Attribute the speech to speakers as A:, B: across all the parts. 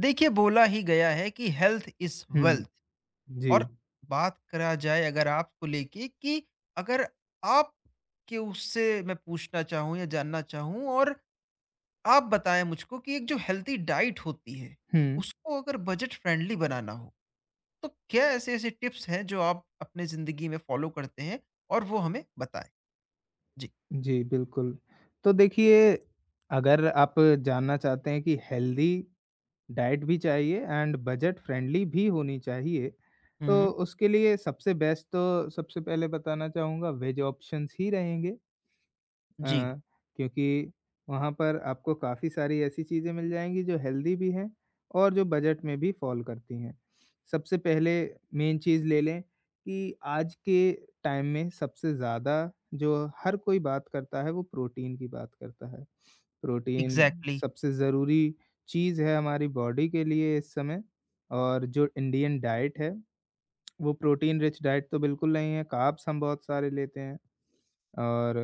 A: देखिए, बोला ही गया है कि हेल्थ इज
B: हुँ,
A: वेल्थ।
B: जी।
A: और बात करा जाए अगर आपको लेके कि अगर आप के उससे मैं पूछना चाहूँ या जानना चाहूँ, और आप बताएं मुझको कि एक जो हेल्थी डाइट होती है
B: हुँ,
A: उसको अगर बजट फ्रेंडली बनाना हो, तो क्या ऐसे ऐसे टिप्स हैं जो आप अपने जिंदगी में फॉलो करते हैं, और वो हमें बताएं। जी।
B: जी, बिल्कुल। तो देखिए, अगर आप जानना चाहते हैं कि हेल्दी डाइट भी चाहिए एंड बजट फ्रेंडली भी होनी चाहिए, तो
A: हम्म।
B: उसके लिए सबसे बेस्ट तो सबसे पहले बताना चाहूँगा वेज ऑप्शंस ही रहेंगे।
A: जी।
B: अ, क्योंकि वहाँ पर आपको काफ़ी सारी ऐसी चीज़ें मिल जाएँगी जो हेल्दी भी हैं और जो बजट में भी फ़ॉल करती हैं। सबसे पहले मेन चीज़ ले लें कि आज के टाइम में सबसे ज़्यादा जो हर कोई बात करता है वो प्रोटीन की बात करता है। Protein
A: exactly exactly।
B: सबसे ज़रूरी चीज़ है हमारी बॉडी के लिए इस समय और जो इंडियन डाइट है वो प्रोटीन रिच डाइट तो बिल्कुल नहीं है, कार्ब्स हम बहुत सारे लेते हैं। और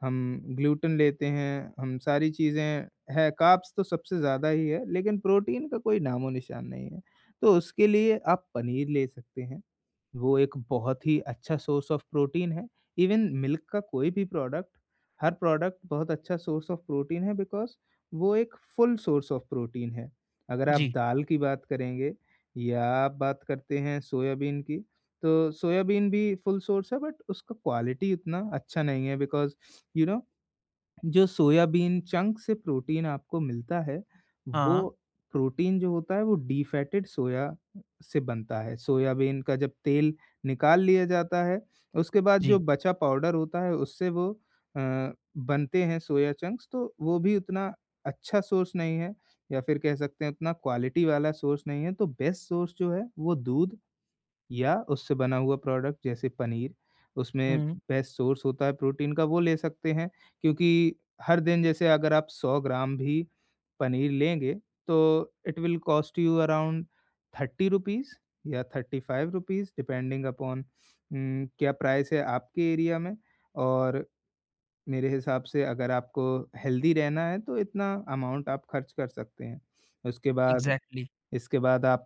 B: हम ग्लूटेन लेते हैं, हम सारी चीज़ें है कार्ब्स तो सबसे ज़्यादा ही है, लेकिन प्रोटीन का कोई नामो-निशान नहीं है। तो उसके लिए आप पनीर ले सकते हैं। वो एक बहुत ही अच्छा सोर्स ऑफ प्रोटीन है। इवन मिल्क का कोई भी प्रोडक्ट, हर प्रोडक्ट बहुत अच्छा सोर्स ऑफ प्रोटीन है बिकॉज़ वो एक फुल सोर्स ऑफ प्रोटीन है। अगर आप
A: जी।
B: दाल की बात करेंगे या आप बात करते हैं सोयाबीन की, तो सोयाबीन भी फुल सोर्स है बट उसका क्वालिटी उतना अच्छा नहीं है बिकॉज़ यू नो जो सोयाबीन चंक से प्रोटीन आपको मिलता है,
A: हाँ।
B: वो प्रोटीन जो होता है वो डिफैटेड सोया से बनता है। सोयाबीन का जब तेल निकाल लिया जाता है, उसके बाद
A: जी।
B: जो बचा पाउडर होता है उससे वो बनते हैं सोया चंक्स तो वो भी उतना अच्छा सोर्स नहीं है या फिर कह सकते हैं उतना क्वालिटी वाला सोर्स नहीं है, तो बेस्ट सोर्स जो है वो दूध या उससे बना हुआ प्रोडक्ट जैसे पनीर, उसमें
A: हम्म।
B: बेस्ट सोर्स होता है प्रोटीन का वो ले सकते हैं क्योंकि हर दिन जैसे अगर आप 100 ग्राम भी पनीर लेंगे तो it will cost you around 30 rupees या 35 रुपीज़ डिपेंडिंग अपॉन क्या प्राइस है आपके एरिया में और मेरे हिसाब से अगर आपको हेल्दी रहना है तो इतना अमाउंट आप खर्च कर सकते हैं। उसके बाद
A: एग्जैक्टली exactly।
B: इसके बाद आप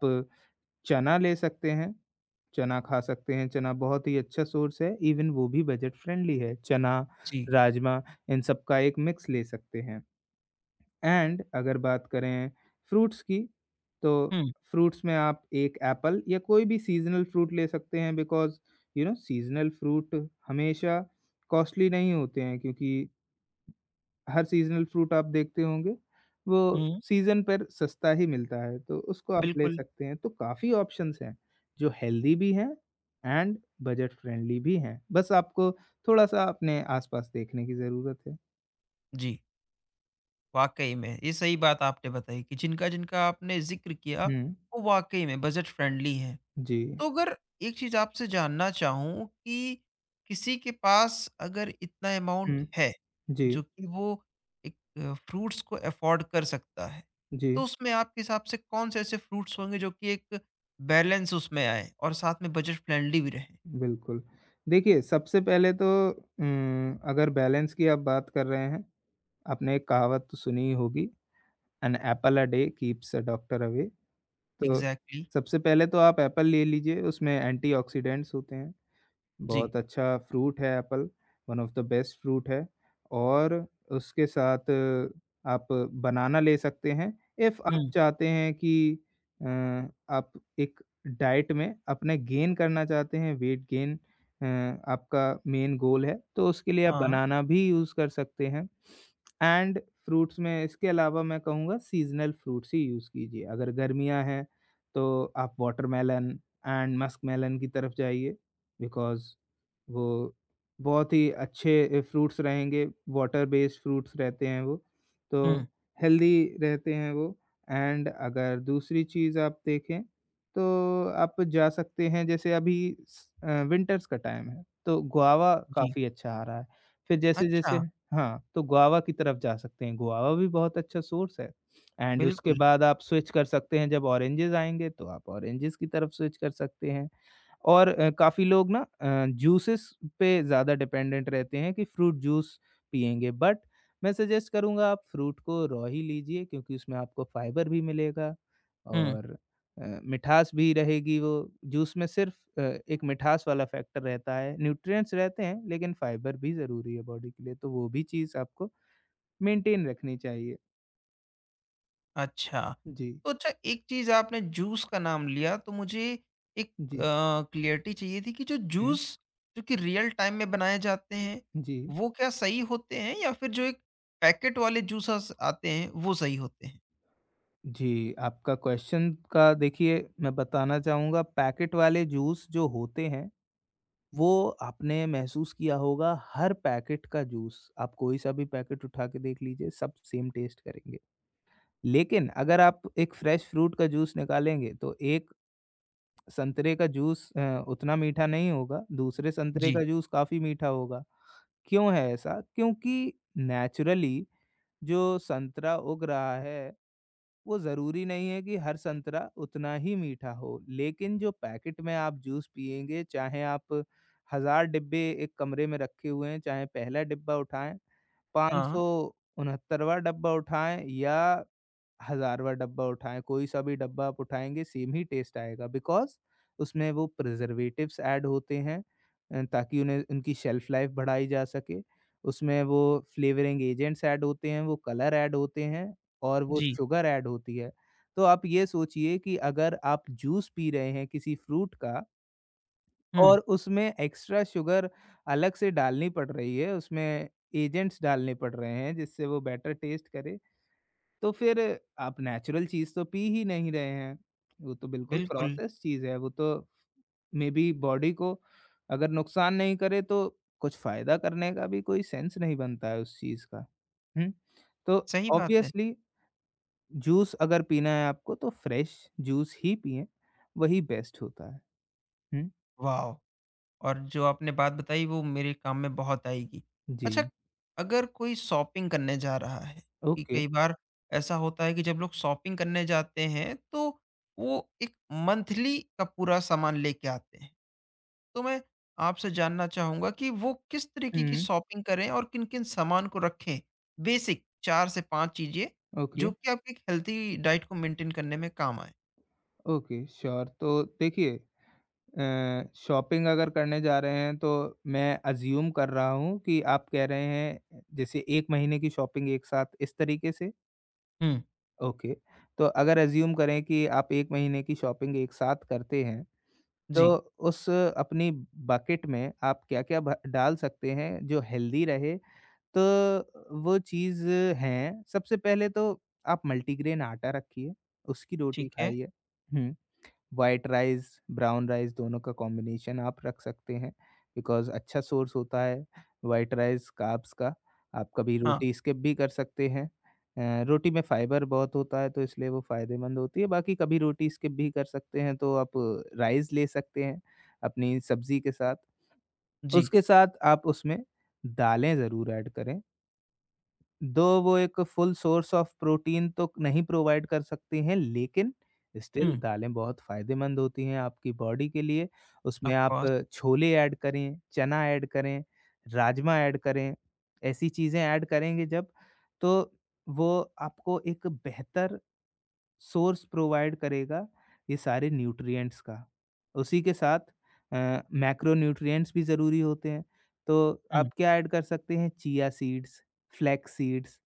B: चना ले सकते हैं। चना खा सकते हैं, चना बहुत ही अच्छा सोर्स है, इवन वो भी बजट फ्रेंडली है। चना,
A: जी।
B: राजमा इन सब का एक मिक्स ले सकते हैं एंड अगर बात करें फ्रूट्स की, तो
A: हम्म।
B: फ्रूट्स में आप एक एप्पल या कोई भी सीज़नल फ्रूट ले सकते हैं बिकॉज़ सीज़नल फ्रूट हमेशा कॉस्टली नहीं होते हैं क्योंकि हर सीज़नल फ्रूट आप देखते होंगे, वो
A: हम्म।
B: सीज़न पर सस्ता ही मिलता है, तो उसको आप ले
A: बिल्कुल।
B: सकते हैं। तो काफ़ी ऑप्शंस हैं, जो हेल्दी भी हैं एंड बजट फ्रेंडली भी हैं। बस आपको थोड़ा-सा अपने आस-पास देखने की ज़रूरत है।
A: जी। वाक़ई में, ये सही बात आपने बताई कि जिनका जिनका आपने ज़िक्र किया,
B: हुँ,
A: वो वाक़ई में बजट फ्रेंडली हैं।
B: जी।
A: तो अगर एक चीज़ आपसे जानना चाहूँ कि किसी के पास अगर इतना अमाउंट
B: हुँ,
A: है,
B: जी,
A: जो कि वो एक फ्रूट्स को अफ़ोर्ड कर सकता है,
B: जी,
A: तो उसमें आपके हिसाब से कौन-से ऐसे फ्रूट्स होंगे जो कि एक बैलेंस उसमें आए और साथ में बजट फ्रेंडली भी रहें?
B: बिल्कुल। देखिए, सबसे पहले तो अगर बैलेंस की आप बात कर रहे हैं, आपने एक कहावत तो सुनी ही होगी, "an apple a day keeps a doctor away." तो
A: एग्ज़ैक्टली।
B: सबसे पहले तो आप एप्पल ले लीजिए, उसमें एंटीऑक्सीडेंट्स होते हैं,
A: जी।
B: बहुत अच्छा फ्रूट है apple, one of the best fruit है और उसके साथ आप बनाना ले सकते हैं। इफ़ आप
A: हुँ,
B: चाहते हैं कि अ, आप एक डाइट में अपने गेन करना चाहते हैं, वेट गेन अ, आपका मेन गोल है, तो उसके लिए आप
A: हाँ,
B: बनाना भी यूज़ कर सकते हैं एंड फ्रूट्स में इसके अलावा मैं कहूँगा सीज़नल फ्रूट्स ही यूज़ कीजिए। अगर गर्मियाँ हैं, तो आप वाटरमेलन एंड मस्कमेलन की तरफ जाइए बिकॉज़ वो बहुत ही अच्छे फ्रूट्स रहेंगे, वाटर बेस्ड फ्रूट्स रहते हैं वो, तो
A: हुँ,
B: हेल्दी रहते हैं वो एंड अगर दूसरी चीज़ आप देखें, तो आप जा सकते हैं जैसे अभी विंटर्स का टाइम है, तो गुआवा
A: जी।
B: काफ़ी अच्छा आ रहा है। फिर
A: अच्छा,
B: जैसे-जैसे हाँ, तो गुआवा की तरफ जा सकते हैं, गुआवा भी बहुत अच्छा सोर्स है एंड उसके
A: बिल्कुल।
B: बाद आप स्विच कर सकते हैं, जब ऑरेंजेस आएँगे, तो आप ऑरेंजेस की तरफ स्विच कर सकते हैं। और काफ़ी लोग ना जूसेस पे ज़्यादा डिपेंडेंट रहते हैं कि फ्रूट जूस पिएँगे, बट मैं सजेस्ट करूँगा आप फ्रूट को रॉ ही लीजिए क्योंकि उसमें आपको फाइबर भी मिलेगा
A: हुँ।
B: और मिठास भी रहेगी वो जूस में सिर्फ एक मिठास वाला फैक्टर रहता है, न्यूट्रिएंट्स रहते हैं लेकिन फाइबर भी ज़रूरी है बॉडी के लिए, तो वो भी चीज़ आपको मेंटेन रखनी चाहिए।
A: अच्छा।
B: जी,
A: तो अच्छा, एक चीज़ आपने जूस का नाम लिया, तो मुझे एक
B: जी।
A: क्लैरिटी चाहिए थी कि जो
B: हुँ,
A: जूस जो कि रियल टाइम में बनाए जाते हैं,
B: जी।
A: वो क्या सही होते हैं, या फिर जो एक पैकेट वाले जूसर्स आते हैं, वो सही होते हैं?
B: जी, आपका क्वेश्चन का देखिए मैं बताना चाहूँगा पैकेट वाले जूस जो होते हैं, वो आपने महसूस किया होगा हर पैकेट का जूस, आप कोई सा भी पैकेट उठा के देख लीजिए, सब सेम टेस्ट करेंगे। लेकिन अगर आप एक फ्रेश फ्रूट का जूस निकालेंगे तो एक संतरे का जूस उतना मीठा नहीं होगा, दूसरे संतरे
A: जी।
B: का जूस काफ़ी मीठा होगा। क्यों है ऐसा? क्योंकि नेचुरली जो संतरा उग रहा है वो ज़रूरी नहीं है कि हर संतरा उतना ही मीठा हो, लेकिन जो पैकेट में आप जूस पिएँगे, चाहे आप हज़ार डिब्बे एक कमरे में रखे हुए हैं, चाहे पहला डिब्बा उठाएँ,
A: हाँ,
B: 569वाँ डब्बा उठाएँ या हज़ारवाँ डब्बा उठाएँ, कोई सा भी डब्बा आप उठाएँगे सेम ही टेस्ट आएगा बिकॉज़ उसमें वो प्रिज़र्वेटिव्स ऐड होते हैं ताकि उन्हें उनकी शेल्फ लाइफ़ बढ़ाई जा सके। उसमें वो फ्लेवरिंग एजेंट्स ऐड होते हैं, वो कलर ऐड होते हैं और वो
A: जी।
B: शुगर ऐड होती है। तो आप ये सोचिए कि अगर आप जूस पी रहे हैं किसी फ्रूट का और
A: हुँ,
B: उसमें एक्स्ट्रा शुगर अलग से डालनी पड़ रही है, उसमें एजेंट्स डालने पड़ रहे हैं जिससे वो बेटर टेस्ट करे। तो फिर आप नेचुरल चीज़ तो पी ही नहीं रहे हैं। वो तो बिल्कुल
A: बिल्कुल,
B: प्रोसेस्ड चीज़ है, वो तो मेबी बॉडी को अगर नुकसान नहीं करे तो कुछ फ़ायदा करने का भी कोई सेंस नहीं बनता है उस चीज़ का। हुँ? तो
A: सही बात है।
B: ऑब्वियसली जूस अगर पीना है आपको तो फ्रेश जूस ही पिएँ, वही बेस्ट होता है। हुँ?
A: वाव! और जो आपने बात बताई वो मेरे काम में बहुत आएगी।
B: जी,
A: अच्छा, अगर कोई शॉपिंग करने जा रहा है, कि
B: ओके।
A: कई बार ऐसा होता है कि जब लोग शॉपिंग करने जाते हैं तो वो एक मंथली का पूरा सामान लेके आते हैं। तो मैं आपसे जानना चाहूँगा कि वो किस तरीके की
B: हुँ,
A: शॉपिंग करें और किन-किन सामान को रखें? बेसिक 4 से 5 चीज़ें
B: ओके,
A: जो कि आपकी एक हेल्थी डाइट को मेंटेन करने में काम आएँ।
B: Okay, sure. तो देखिए शॉपिंग अगर करने जा रहे हैं तो मैं अज़्यूम कर रहा हूँ कि आप कह रहे हैं जैसे 1 महीने की शॉपिंग एक साथ इस तरीके से?
A: Hmm,
B: okay. तो अगर अज़्यूम करें कि आप 1 महीने की शॉपिंग एक साथ करते हैं, तो
A: जी,
B: उस अपनी बकेट में आप क्या-क्या भ डाल सकते हैं जो हेल्दी रहे? तो वो चीज़ हैं सबसे पहले तो आप मल्टीग्रेन आटा रखिए, उसकी रोटी
A: ठीक है।
B: खाइए। Hmm. White rice, brown rice दोनों का कॉम्बिनेशन आप रख सकते हैं बिकॉज़ अच्छा सोर्स होता है व्हाइट राइस कार्ब्स का। आप कभी
A: हाँ,
B: रोटी स्किप भी कर सकते हैं। रोटी में फाइबर बहुत होता है तो इसलिए वो फ़ायदेमंद होती है। बाकी कभी रोटी स्किप भी कर सकते हैं तो आप राइस ले सकते हैं अपनी सब्ज़ी के साथ।
A: जी।
B: उसके साथ आप उसमें दालें ज़रूर ऐड करें। दो वो एक फुल सोर्स ऑफ प्रोटीन तो नहीं प्रोवाइड कर सकती हैं, लेकिन स्टिल
A: हुँ,
B: दालें बहुत फ़ायदेमंद होती हैं आपकी बॉडी के लिए। उसमें
A: ऑफ
B: आप
A: कोर्स।
B: छोले ऐड करें, चना ऐड करें, राजमा ऐड करें, ऐसी चीज़ें ऐड करेंगे जब, तो वो आपको एक बेहतर सोर्स प्रोवाइड करेगा ये सारे न्यूट्रिएंट्स का। उसी के साथ मैक्रोन्यूट्रिएंट्स भी ज़रूरी होते हैं, तो आप
A: हुँ,
B: क्या ऐड कर सकते हैं चिया सीड्स, फ्लैक्स सीड्स,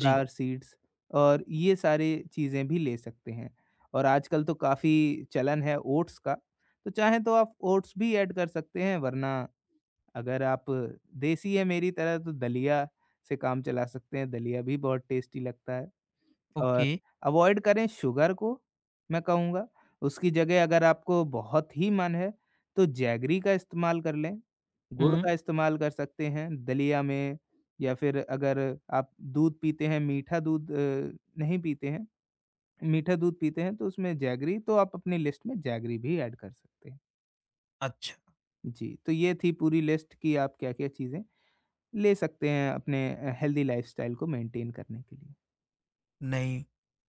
A: जी।
B: सीड्स और ये सारी चीज़ें भी ले सकते हैं। और आजकल तो काफ़ी चलन है ओट्स का, तो चाहें तो आप ओट्स भी ऐड कर सकते हैं वरना अगर आप देसी हैं मेरी तरह तो दलिया से काम चला सकते हैं, दलिया भी बहुत टेस्टी लगता है। और
A: ओके,
B: अवॉइड करें शुगर को, मैं कहूँगा। उसकी जगह अगर आपको बहुत ही मन है, तो जैगरी का इस्तेमाल कर लें। गुड़
A: हुँ।
B: का इस्तेमाल कर सकते हैं दलिया में या फिर अगर आप दूध पीते हैं, मीठा दूध नहीं पीते हैं, मीठा दूध पीते हैं तो उसमें जैगरी तो आप अपनी लिस्ट में जैगरी भी ऐड कर सकते हैं।
A: अच्छा,
B: जी, तो ये थी पूरी लिस्ट कि आप क्या-क्या चीज़ें ले सकते हैं अपने हेल्दी लाइफ़स्टाइल को मेंटेन करने के लिए।
A: नहीं,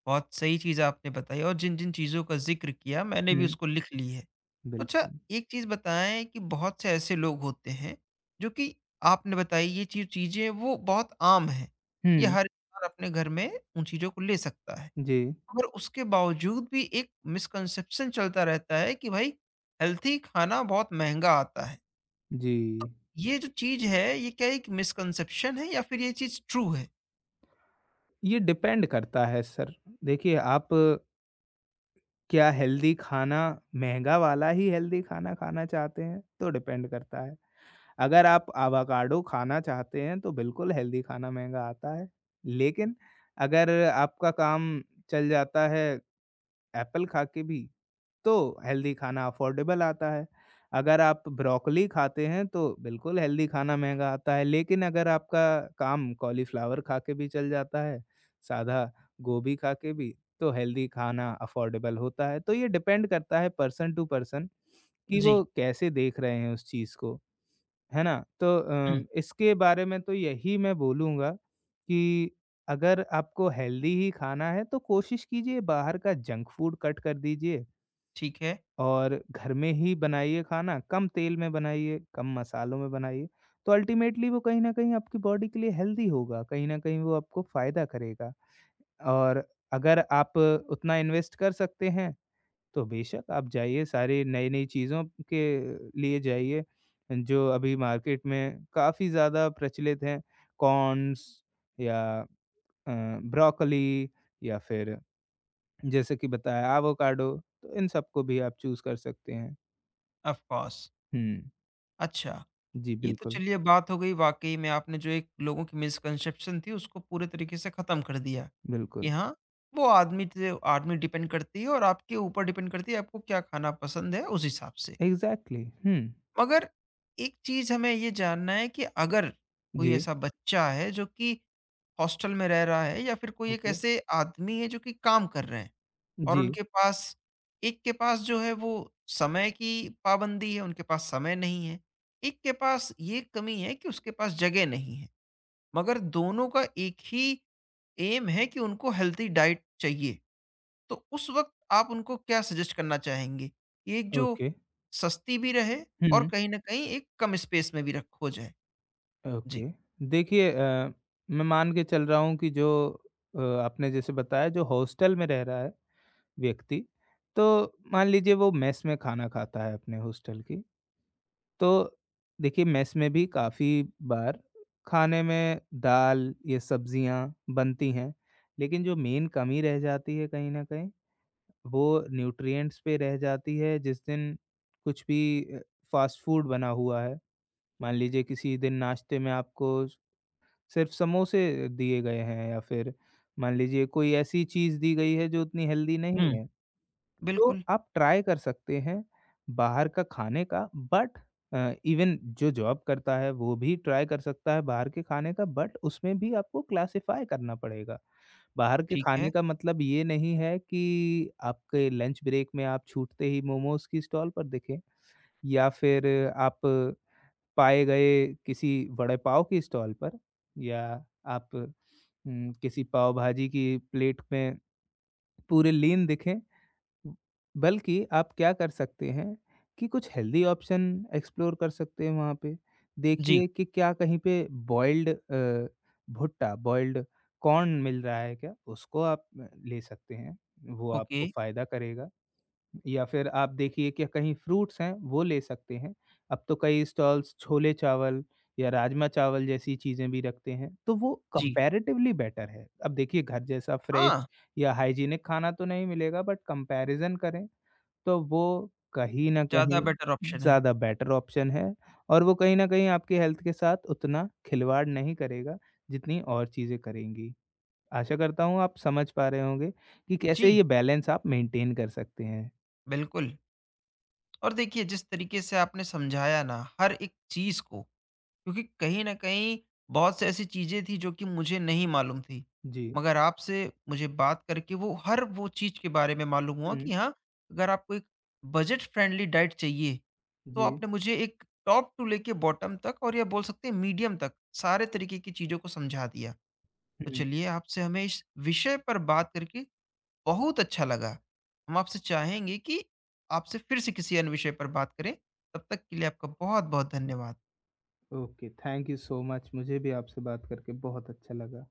A: बहुत सही चीज़ आपने बताई और जिन-जिन चीज़ों का ज़िक्र किया मैंने भी
B: हुँ,
A: उसको लिख ली है। तो अच्छा,
B: बिल्कुल।
A: एक चीज़ बताएँ कि बहुत से ऐसे लोग होते हैं, जो कि आपने बताई, ये चीज़ें वो बहुत आम हैं, ये
B: हुँ,
A: हर इंसान अपने घर में उन चीज़ों को ले सकता है।
B: जी,
A: मगर उसके बावजूद भी एक मिसकंसेप्शन चलता रहता है कि भाई हेल्थी खाना बहुत महँगा आता है।
B: जी।
A: ये जो चीज़ है, ये क्या एक मिसकंसेप्शन है या फिर ये चीज़ ट्रू है?
B: ये डिपेंड करता है सर। देखिए आप क्या हेल्दी खाना महँगा वाला ही हेल्दी खाना खाना चाहते हैं, तो डिपेंड करता है। अगर आप अवाकाडो खाना चाहते हैं, तो बिल्कुल हेल्दी खाना महँगा आता है। लेकिन अगर आपका काम चल जाता है एप्पल खा के भी तो हेल्दी खाना अफोर्डेबल आता है। अगर आप ब्रोकोली खाते हैं तो बिल्कुल हेल्दी खाना महँगा आता है, लेकिन अगर आपका काम कॉलीफ्लावर खा के भी चल जाता है, सादा गोभी खा के भी, तो हेल्दी खाना अफोर्डेबल होता है। तो ये डिपेंड करता है पर्सन टू पर्सन कि
A: जी।
B: वो कैसे देख रहे हैं उस चीज़ को, है ना? तो इसके बारे में तो यही मैं बोलूँगा कि अगर आपको हेल्दी ही खाना है तो कोशिश कीजिए बाहर का जंक फूड कट कर दीजिए।
A: ठीक है,
B: और घर में ही बनाइए खाना, कम तेल में बनाइए, कम मसालों में बनाइए, तो अल्टीमेटली वो कहीं न कहीं आपकी बॉडी के लिए हेल्दी होगा, कहीं न कहीं वो आपको फ़ायदा करेगा। और अगर आप उतना इन्वेस्ट कर सकते हैं, तो बेशक आप जाइए सारी नई-नई चीज़ों के लिए जाइए, जो अभी मार्केट में काफ़ी ज़्यादा प्रचलित हैं, कॉर्न्स या अ, ब्रोकोली या फिर जैसे कि बताया एवोकाडो, तो इन सबको भी आप चूज़ कर सकते हैं।
A: Of course.
B: हुँ।
A: अच्छा,
B: जी,
A: ये तो चलिए बात हो गई। वाक़ई में आपने जो एक लोगों की मिसकंसेप्शन थी उसको पूरे तरीके से ख़त्म कर दिया, कि
B: बिल्कुल।
A: हाँ, वो आदमी से आदमी डिपेंड करती है और आपके ऊपर डिपेंड करती है, आपको क्या खाना पसंद है उस हिसाब से।
B: एग्ज़ैक्टली हुँ,
A: मगर एक चीज़ हमें ये जानना है कि अगर कोई
B: जी,
A: ऐसा बच्चा है जो कि हॉस्टल में रह रहा है, या फिर कोई एक
B: ओके,
A: ऐसे आदमी है जो कि काम कर रहे हैं, और
B: जी,
A: उनके पास, एक के पास जो है वो समय की पाबंदी है, उनके पास समय नहीं है। एक के पास ये कमी है कि उसके पास जगह नहीं है। मगर दोनों का एक ही एम है कि उनको हेल्थी डाइट चाहिए। तो उस वक़्त आप उनको क्या सजेस्ट करना चाहेंगे? कि एक जो
B: ओके,
A: सस्ती भी रहे और
B: हुँ,
A: कहीं न कहीं एक कम स्पेस में भी रख हो जाए? जी।
B: ओके। देखिए मैं मान के चल रहा हूँ कि जो आपने जैसे बताया जो हॉस्टल में रह रहा है व्यक्ति, तो मान लीजिए वो मेस में खाना खाता है अपने हॉस्टल की, तो देखिए मेस में भी काफ़ी बार खाने में दाल, ये सब्ज़ियाँ बनती हैं, लेकिन जो मेन कमी रह जाती है कहीं न कहीं वो न्यूट्रिएंट्स पे रह जाती है जिस दिन कुछ भी अ, फ़ास्ट फ़ूड बना हुआ है। मान लीजिए किसी दिन नाश्ते में आपको सिर्फ़ समोसे दिए गए हैं या फिर मान लीजिए कोई ऐसी चीज़ दी गई है जो उतनी हेल्दी नहीं
A: हुँ,
B: है। तो
A: बिल्कुल,
B: आप ट्राई कर सकते हैं बाहर का खाने का बट इवन जो जॉब करता है वो भी ट्राई कर सकता है बाहर के खाने का बट उसमें भी आपको क्लासिफाई करना पड़ेगा। बाहर के
A: ठीक
B: खाने
A: है।
B: का मतलब ये नहीं है कि आपके लंच ब्रेक में आप छूटते ही मोमोज़ की स्टॉल पर दिखें या फिर आप पाए गए किसी वड़े पाव की स्टॉल पर या आप किसी पाव भाजी की प्लेट में पूरे लीन दिखें। बल्कि आप क्या कर सकते हैं कि कुछ हेल्दी ऑप्शन एक्सप्लोर कर सकते हैं वहाँ पे।
A: जी,
B: देखिए कि क्या कहीं पे बॉइल्ड भुट्टा, बॉइल्ड कॉर्न मिल रहा है क्या? उसको आप ले सकते हैं, वो
A: ओके,
B: आपको फ़ायदा करेगा। या फिर आप देखिए कि कहीं फ्रूट्स हैं वो ले सकते हैं। अब तो कई स्टॉल्स छोले-चावल या राजमा-चावल जैसी चीज़ें भी रखते हैं, तो वो
A: जी।
B: कंपैरेटिवली बेटर है। अब देखिए घर जैसा
A: हाँ,
B: फ्रेश या हाइजीनिक खाना तो नहीं मिलेगा बट कंपैरिज़न करें तो वो कहीं न
A: ज़्यादा
B: कहीं
A: बेटर ऑप्शन है।
B: ज़्यादा बेटर ऑप्शन है और वो कहीं न कहीं आपकी हेल्थ के साथ उतना खिलवाड़ नहीं करेगा, जितनी और चीज़ें करेंगी। आशा करता हूँ आप समझ पा रहे होंगे कि कैसे
A: जी,
B: ये बैलेंस आप मेंटेन कर सकते हैं।
A: बिल्कुल। और देखिए, जिस तरीके से आपने समझाया ना हर एक चीज को, क्योंकि कहीं ना कहीं बहुत से ऐसी चीजें थी जो कि मुझे नहीं मालूम थी,
B: जी।
A: मगर आपसे मुझे बात करके वो हर वो चीज के बारे में मालूम हुआ
B: हुँ,
A: कि हाँ, अगर आपको एक बजट फ्रेंडली डाइट चाहिए, तो
B: जी,
A: आपने मुझे एक टॉप टू लेके बॉटम तक, और या बोल सकते हैं मीडियम तक सारे तरीके की चीजों को समझा दिया। तो
B: हुँ।
A: चलिए, आपसे हमें इस विषय पर बात करके बहुत अच्छा लगा। हम आपसे चाहेंगे कि आपसे फिर से किसी अन्य विषय पर बात करें। तब तक के लिए आपका बहुत-बहुत धन्यवाद।
B: Okay, thank you so much मुझे भी आपसे बात करके बहुत अच्छा लगा।